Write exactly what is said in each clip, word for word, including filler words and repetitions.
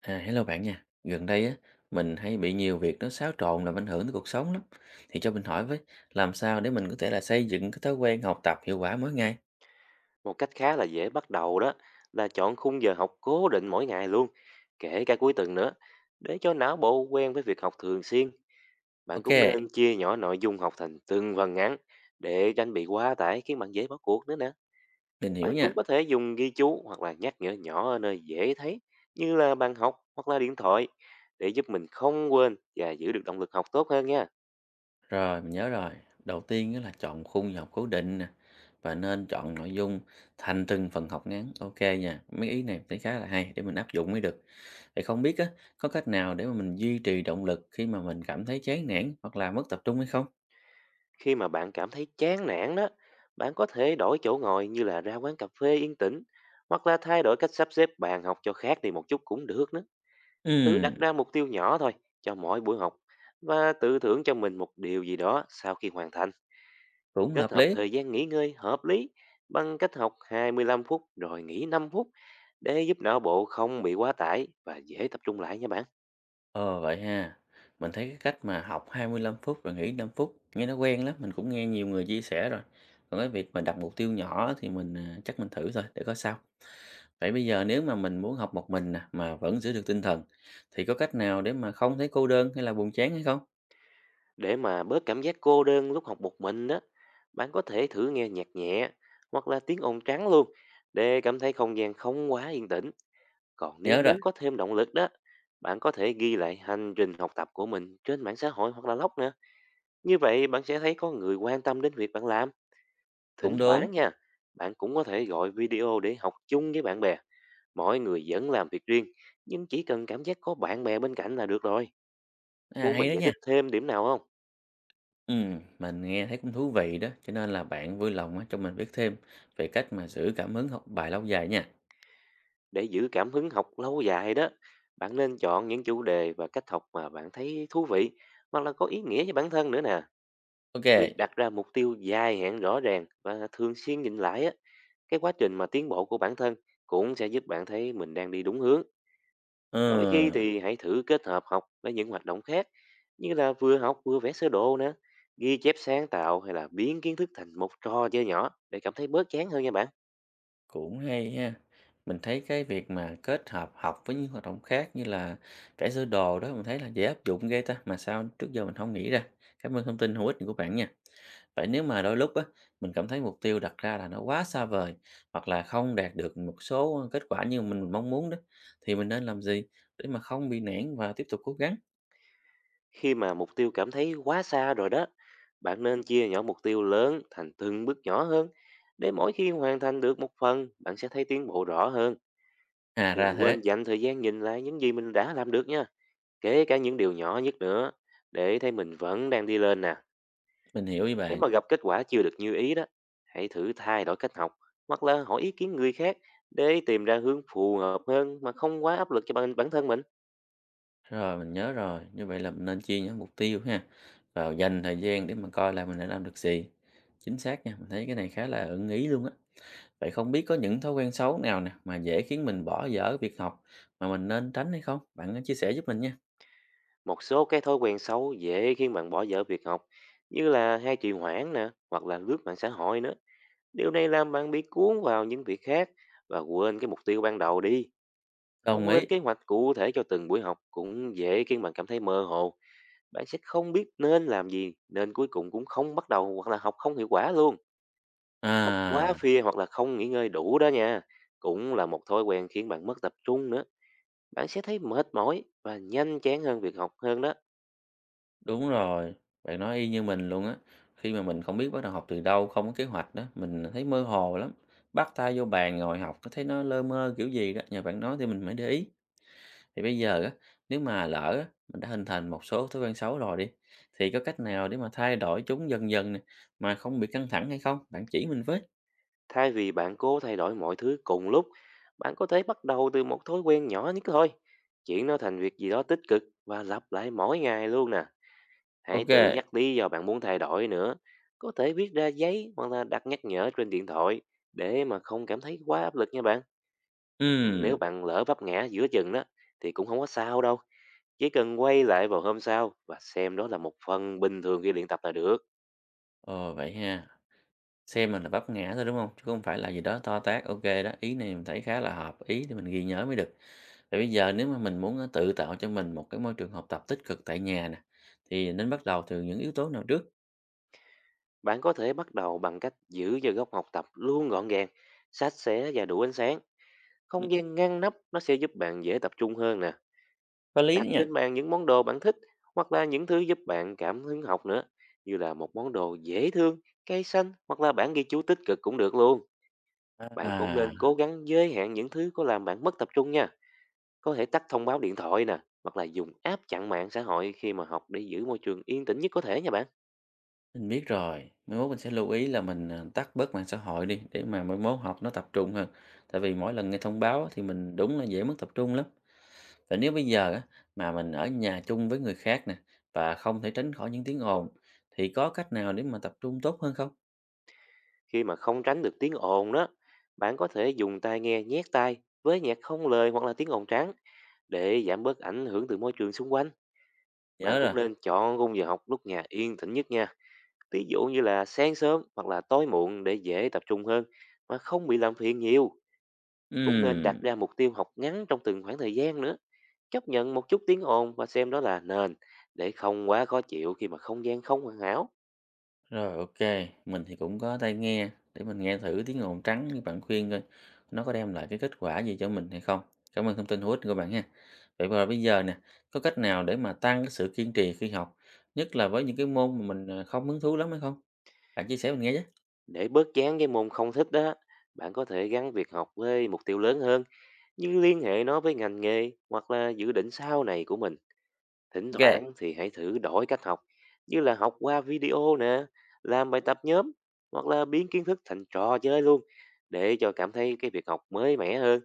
À, hello bạn nha. Gần đây á, mình hay bị nhiều việc nó xáo trộn làm ảnh hưởng tới cuộc sống lắm. Thì cho mình hỏi với, làm sao để mình có thể là xây dựng cái thói quen học tập hiệu quả mỗi ngày? Một cách khá là dễ bắt đầu đó là chọn khung giờ học cố định mỗi ngày luôn, kể cả cuối tuần nữa. Để cho não bộ quen với việc học thường xuyên, bạn Ok, cũng nên chia nhỏ nội dung học thành từng phần ngắn để tránh bị quá tải khiến bạn dễ bỏ cuộc nữa nè. mình hiểu Bạn cũng nha. có thể dùng ghi chú hoặc là nhắc nhở nhỏ ở nơi dễ thấy như là bàn học hoặc là điện thoại để giúp mình không quên và giữ được động lực học tốt hơn nha. Rồi, mình nhớ rồi. Đầu tiên á là chọn khung giờ học cố định nè. Và nên chọn nội dung thành từng phần học ngắn. Ok nha. Mấy ý này mình thấy khá là hay để mình áp dụng mới được. Vậy không biết á, có cách nào để mà mình duy trì động lực khi mà mình cảm thấy chán nản hoặc là mất tập trung hay không? Khi mà bạn cảm thấy chán nản đó, bạn có thể đổi chỗ ngồi như là ra quán cà phê yên tĩnh hoặc là thay đổi cách sắp xếp bàn học cho khác đi một chút cũng được nữa. Thử Ừ, đặt ra mục tiêu nhỏ thôi cho mỗi buổi học và tự thưởng cho mình một điều gì đó sau khi hoàn thành. cũng Kết hợp hợp lý. thời gian nghỉ ngơi hợp lý bằng cách học hai mươi lăm phút rồi nghỉ năm phút để giúp não bộ không bị quá tải và dễ tập trung lại nha bạn. Ờ, vậy ha. Mình thấy cái cách mà học hai mươi lăm phút rồi nghỉ năm phút, nghe nó quen lắm, mình cũng nghe nhiều người chia sẻ rồi. Còn cái việc mà đặt mục tiêu nhỏ á thì mình, à, chắc mình thử thôi để coi sao. Vậy bây giờ nếu mà mình muốn học một mình nè, mà vẫn giữ được tinh thần, thì có cách nào để mà không thấy cô đơn hay là buồn chán hay không? Để mà bớt cảm giác cô đơn lúc học một mình đó, bạn có thể thử nghe nhạc nhẹ hoặc là tiếng ồn trắng luôn để cảm thấy không gian không quá yên tĩnh. Còn nếu Nhớ rồi, muốn có thêm động lực đó, bạn có thể ghi lại hành trình học tập của mình trên mạng xã hội hoặc là blog nữa. Như vậy bạn sẽ thấy có người quan tâm đến việc bạn làm. Thỉnh cũng đúng. thoảng nha, bạn cũng có thể gọi video để học chung với bạn bè. Mỗi người vẫn làm việc riêng, nhưng chỉ cần cảm giác có bạn bè bên cạnh là được rồi. À, Muốn mình hay đó giải nha. thích thêm điểm nào không? Ừm, mình nghe thấy cũng thú vị đó, cho nên là bạn vui lòng á, cho mình biết thêm về cách mà giữ cảm hứng học bài lâu dài nha. Để giữ cảm hứng học lâu dài đó, bạn nên chọn những chủ đề và cách học mà bạn thấy thú vị hoặc là có ý nghĩa với bản thân nữa nè. Việc OK. đặt ra mục tiêu dài hạn rõ ràng và thường xuyên nhìn lại á, cái quá trình mà tiến bộ của bản thân cũng sẽ giúp bạn thấy mình đang đi đúng hướng. Ờ. Đôi khi thì hãy thử kết hợp học với những hoạt động khác như là vừa học vừa vẽ sơ đồ nè, ghi chép sáng tạo hay là biến kiến thức thành một trò chơi nhỏ để cảm thấy bớt chán hơn nha bạn. Cũng hay ha. Mình thấy cái việc mà kết hợp học với những hoạt động khác như là vẽ sơ đồ đó mình thấy là dễ áp dụng ghê ta, mà sao trước giờ mình không nghĩ ra. Cảm ơn thông tin hữu ích của bạn nha. Vậy nếu mà đôi lúc á, mình cảm thấy mục tiêu đặt ra là nó quá xa vời hoặc là không đạt được một số kết quả như mình mong muốn đó, thì mình nên làm gì để mà không bị nản và tiếp tục cố gắng? Khi mà mục tiêu cảm thấy quá xa rồi đó, bạn nên chia nhỏ mục tiêu lớn thành từng bước nhỏ hơn. Để mỗi khi hoàn thành được một phần, bạn sẽ thấy tiến bộ rõ hơn. À, ra Đừng quên thế, dành thời gian nhìn lại những gì mình đã làm được nha. Kể cả những điều nhỏ nhất nữa, để thấy mình vẫn đang đi lên nè. mình hiểu với Nếu bạn. mà gặp kết quả chưa được như ý đó, hãy thử thay đổi cách học hoặc là hỏi ý kiến người khác để tìm ra hướng phù hợp hơn mà không quá áp lực cho bản bản thân mình. Rồi, mình nhớ rồi, như vậy là mình nên chia những mục tiêu ha, vào dành thời gian để mà coi là mình đã làm được gì. Chính xác nha, mình thấy cái này khá là ưng ý luôn á. Vậy không biết có những thói quen xấu nào nè mà dễ khiến mình bỏ dở việc học mà mình nên tránh hay không? Bạn có chia sẻ giúp mình nha. một số cái thói quen xấu dễ khiến bạn bỏ dở việc học, như là hay trì hoãn nè, hoặc là lướt mạng xã hội nữa. Điều này làm bạn bị cuốn vào những việc khác và quên cái mục tiêu ban đầu đi. Đồng Không lên ý. kế hoạch cụ thể cho từng buổi học cũng dễ khiến bạn cảm thấy mơ hồ, bạn sẽ không biết nên làm gì, nên cuối cùng cũng không bắt đầu hoặc là học không hiệu quả luôn. Học quá À, phia hoặc là không nghỉ ngơi đủ đó nha, cũng là một thói quen khiến bạn mất tập trung nữa, bạn sẽ thấy mệt mỏi và nhanh chán hơn việc học hơn đó. đúng rồi, bạn nói y như mình luôn á. Khi mà mình không biết bắt đầu học từ đâu, không có kế hoạch đó, mình thấy mơ hồ lắm. Bắt tay vô bàn ngồi học, có thấy nó lơ mơ kiểu gì đó, nhờ bạn nói thì mình mới để ý. Thì bây giờ á, nếu mà lỡ á, mình đã hình thành một số thói quen xấu rồi đi, thì có cách nào để mà thay đổi chúng dần dần nè, mà không bị căng thẳng hay không? Bạn chỉ mình với. Thay vì bạn cố thay đổi mọi thứ cùng lúc, bạn có thể bắt đầu từ một thói quen nhỏ nhất thôi. Chuyển nó thành việc gì đó tích cực và lặp lại mỗi ngày luôn nè. Hãy tự Ừ. OK, nhắc lý do bạn muốn thay đổi nữa. Có thể viết ra giấy hoặc là đặt nhắc nhở trên điện thoại để mà không cảm thấy quá áp lực nha bạn. Còn Nếu ừm, bạn lỡ vấp ngã giữa chừng đó thì cũng không có sao đâu. Chỉ cần quay lại vào hôm sau và xem đó là một phần bình thường khi luyện tập là được. ờ, vậy ha, xem mình là vấp ngã thôi, đúng không? Chứ không phải là gì đó to tát. OK đó, ý này mình thấy khá là hợp ý để mình ghi nhớ mới được. Vậy bây giờ nếu mà mình muốn, ơ, tự tạo cho mình một cái môi trường học tập tích cực tại nhà nè, thì nên bắt đầu từ những yếu tố nào trước? Bạn có thể bắt đầu bằng cách giữ giờ góc học tập luôn gọn gàng, sạch sẽ và đủ ánh sáng. Ừm, Không gian ngăn nắp nó sẽ giúp bạn dễ tập trung hơn nè. có lý đó Đặt nha. trên bàn những món đồ bạn thích hoặc là những thứ giúp bạn cảm hứng học nữa. Như là một món đồ dễ thương, cây xanh hoặc là bản ghi chú tích cực cũng được luôn. Bạn cũng À. nên cố gắng giới hạn những thứ có làm bạn mất tập trung nha. Có thể tắt thông báo điện thoại nè, hoặc là dùng app chặn mạng xã hội khi mà học để giữ môi trường yên tĩnh nhất có thể nha bạn. Mình biết rồi, mai mốt mình sẽ lưu ý là mình, à, tắt bớt mạng xã hội đi để mà mai mốt học nó tập trung hơn. Tại vì mỗi lần nghe thông báo á thì mình đúng là dễ mất tập trung lắm. Và nếu bây giờ á, mà mình ở nhà chung với người khác nè và không thể tránh khỏi những tiếng ồn thì có cách nào để mà tập trung tốt hơn không? Khi mà không tránh được tiếng ồn đó, bạn có thể dùng tai nghe nhét tai với nhạc không lời hoặc là tiếng ồn trắng để giảm bớt ảnh hưởng từ môi trường xung quanh. Nhớ Bạn rồi. cũng nên chọn khung giờ học lúc nhà yên tĩnh nhất nha. Ví dụ như là sáng sớm hoặc là tối muộn để dễ tập trung hơn mà không bị làm phiền nhiều. Cũng nên đặt Ừm. ra mục tiêu học ngắn trong từng khoảng thời gian nữa. Chấp nhận một chút tiếng ồn và xem đó là nền để không quá khó chịu khi mà không gian không hoàn hảo. Rồi, OK, mình thì cũng có tai nghe để mình nghe thử tiếng ồn trắng như bạn khuyên coi nó có đem lại cái kết quả gì cho mình hay không. Cảm ơn thông tin hữu ích của bạn ha. Vậy và bây giờ nè, có cách nào để mà tăng cái sự kiên trì khi học, nhất là với những cái môn mà mình, ờ, không hứng thú lắm hay không? Bạn chia sẻ mình nghe với. Để bớt chán cái môn không thích đó, bạn có thể gắn việc học với mục tiêu lớn hơn, như liên hệ nó với ngành nghề hoặc là dự định sau này của mình. Thỉnh OK, thoảng thì hãy thử đổi cách học, như là học qua video nè, làm bài tập nhóm hoặc là biến kiến thức thành trò chơi luôn để cho cảm thấy cái việc học mới mẻ hơn.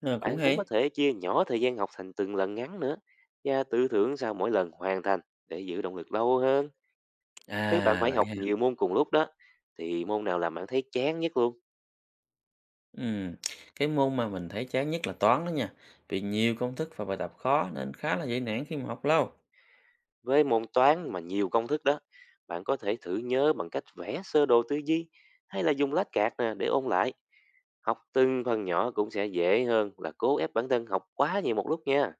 ờ, cũng Bạn cũng có hay. thể chia nhỏ thời gian học thành từng lần ngắn nữa và tự thưởng sau mỗi lần hoàn thành để giữ động lực lâu hơn. Nếu bạn À, phải vậy học ha. nhiều môn cùng lúc đó thì môn nào làm bạn thấy chán nhất luôn? Ừm, cái môn mà mình thấy chán nhất là toán đó nha, vì nhiều công thức và bài tập khó nên khá là dễ nản khi mà học lâu. Với môn toán mà nhiều công thức đó, bạn có thể thử nhớ bằng cách vẽ sơ đồ tư duy hay là dùng lách card nè để ôn lại. Học từng phần nhỏ cũng sẽ dễ hơn là cố ép bản thân học quá nhiều một lúc nha.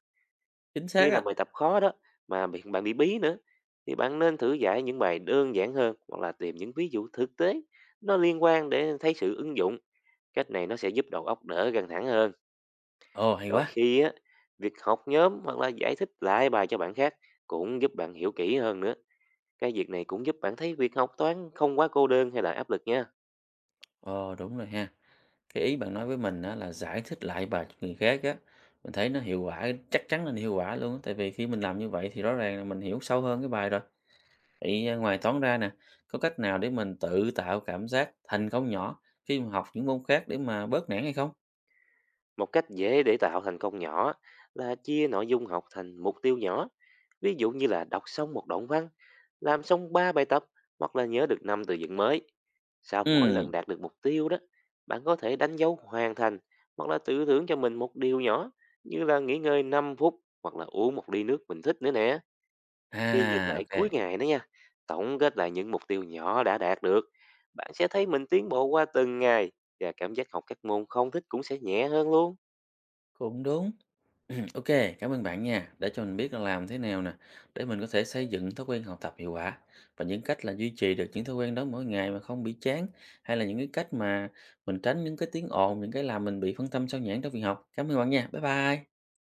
Chính xác Khi làm á. bài tập khó đó mà bị- bạn bị bí nữa thì bạn nên thử giải những bài đơn giản hơn hoặc là tìm những ví dụ thực tế nó liên quan để thấy sự ứng dụng. Cách này nó sẽ giúp đầu óc đỡ căng thẳng hơn. Ồ, hay Đôi quá. khi á, việc học nhóm hoặc là giải thích lại bài cho bạn khác cũng giúp bạn hiểu kỹ hơn nữa, cái việc này cũng giúp bạn thấy việc học toán không quá cô đơn hay là áp lực nha. Ờ, đúng rồi ha. Cái ý bạn nói với mình á, là giải thích lại bài cho người khác á, mình thấy nó hiệu quả, chắc chắn là nó hiệu quả luôn á. Tại vì khi mình làm như vậy thì rõ ràng là mình hiểu sâu hơn cái bài rồi. Vậy à, ngoài toán ra nè, có cách nào để mình tự tạo cảm giác thành công nhỏ khi mà học những môn khác để mà bớt nản hay không? Một cách dễ để tạo thành công nhỏ là chia nội dung học thành mục tiêu nhỏ. Ví dụ như là đọc xong một đoạn văn, làm xong ba bài tập hoặc là nhớ được năm từ vựng mới. Sau mỗi Ừm, lần đạt được mục tiêu đó, bạn có thể đánh dấu hoàn thành hoặc là tự thưởng cho mình một điều nhỏ như là nghỉ ngơi năm phút hoặc là uống một ly nước mình thích nữa nè. Khi nhìn à, lại cuối OK, ngày đó nha, tổng kết lại những mục tiêu nhỏ đã đạt được, bạn sẽ thấy mình tiến bộ qua từng ngày và cảm giác học các môn không thích cũng sẽ nhẹ hơn luôn. cũng đúng. Ừm, OK, cảm ơn bạn nha, để cho mình biết là làm thế nào nè, để mình có thể xây dựng thói quen học tập hiệu quả và những cách là duy trì được những thói quen đó mỗi ngày mà không bị chán, hay là những cái cách mà mình tránh những cái tiếng ồn, những cái làm mình bị phân tâm sao nhãng trong việc học. Cảm ơn bạn nha, bye bye.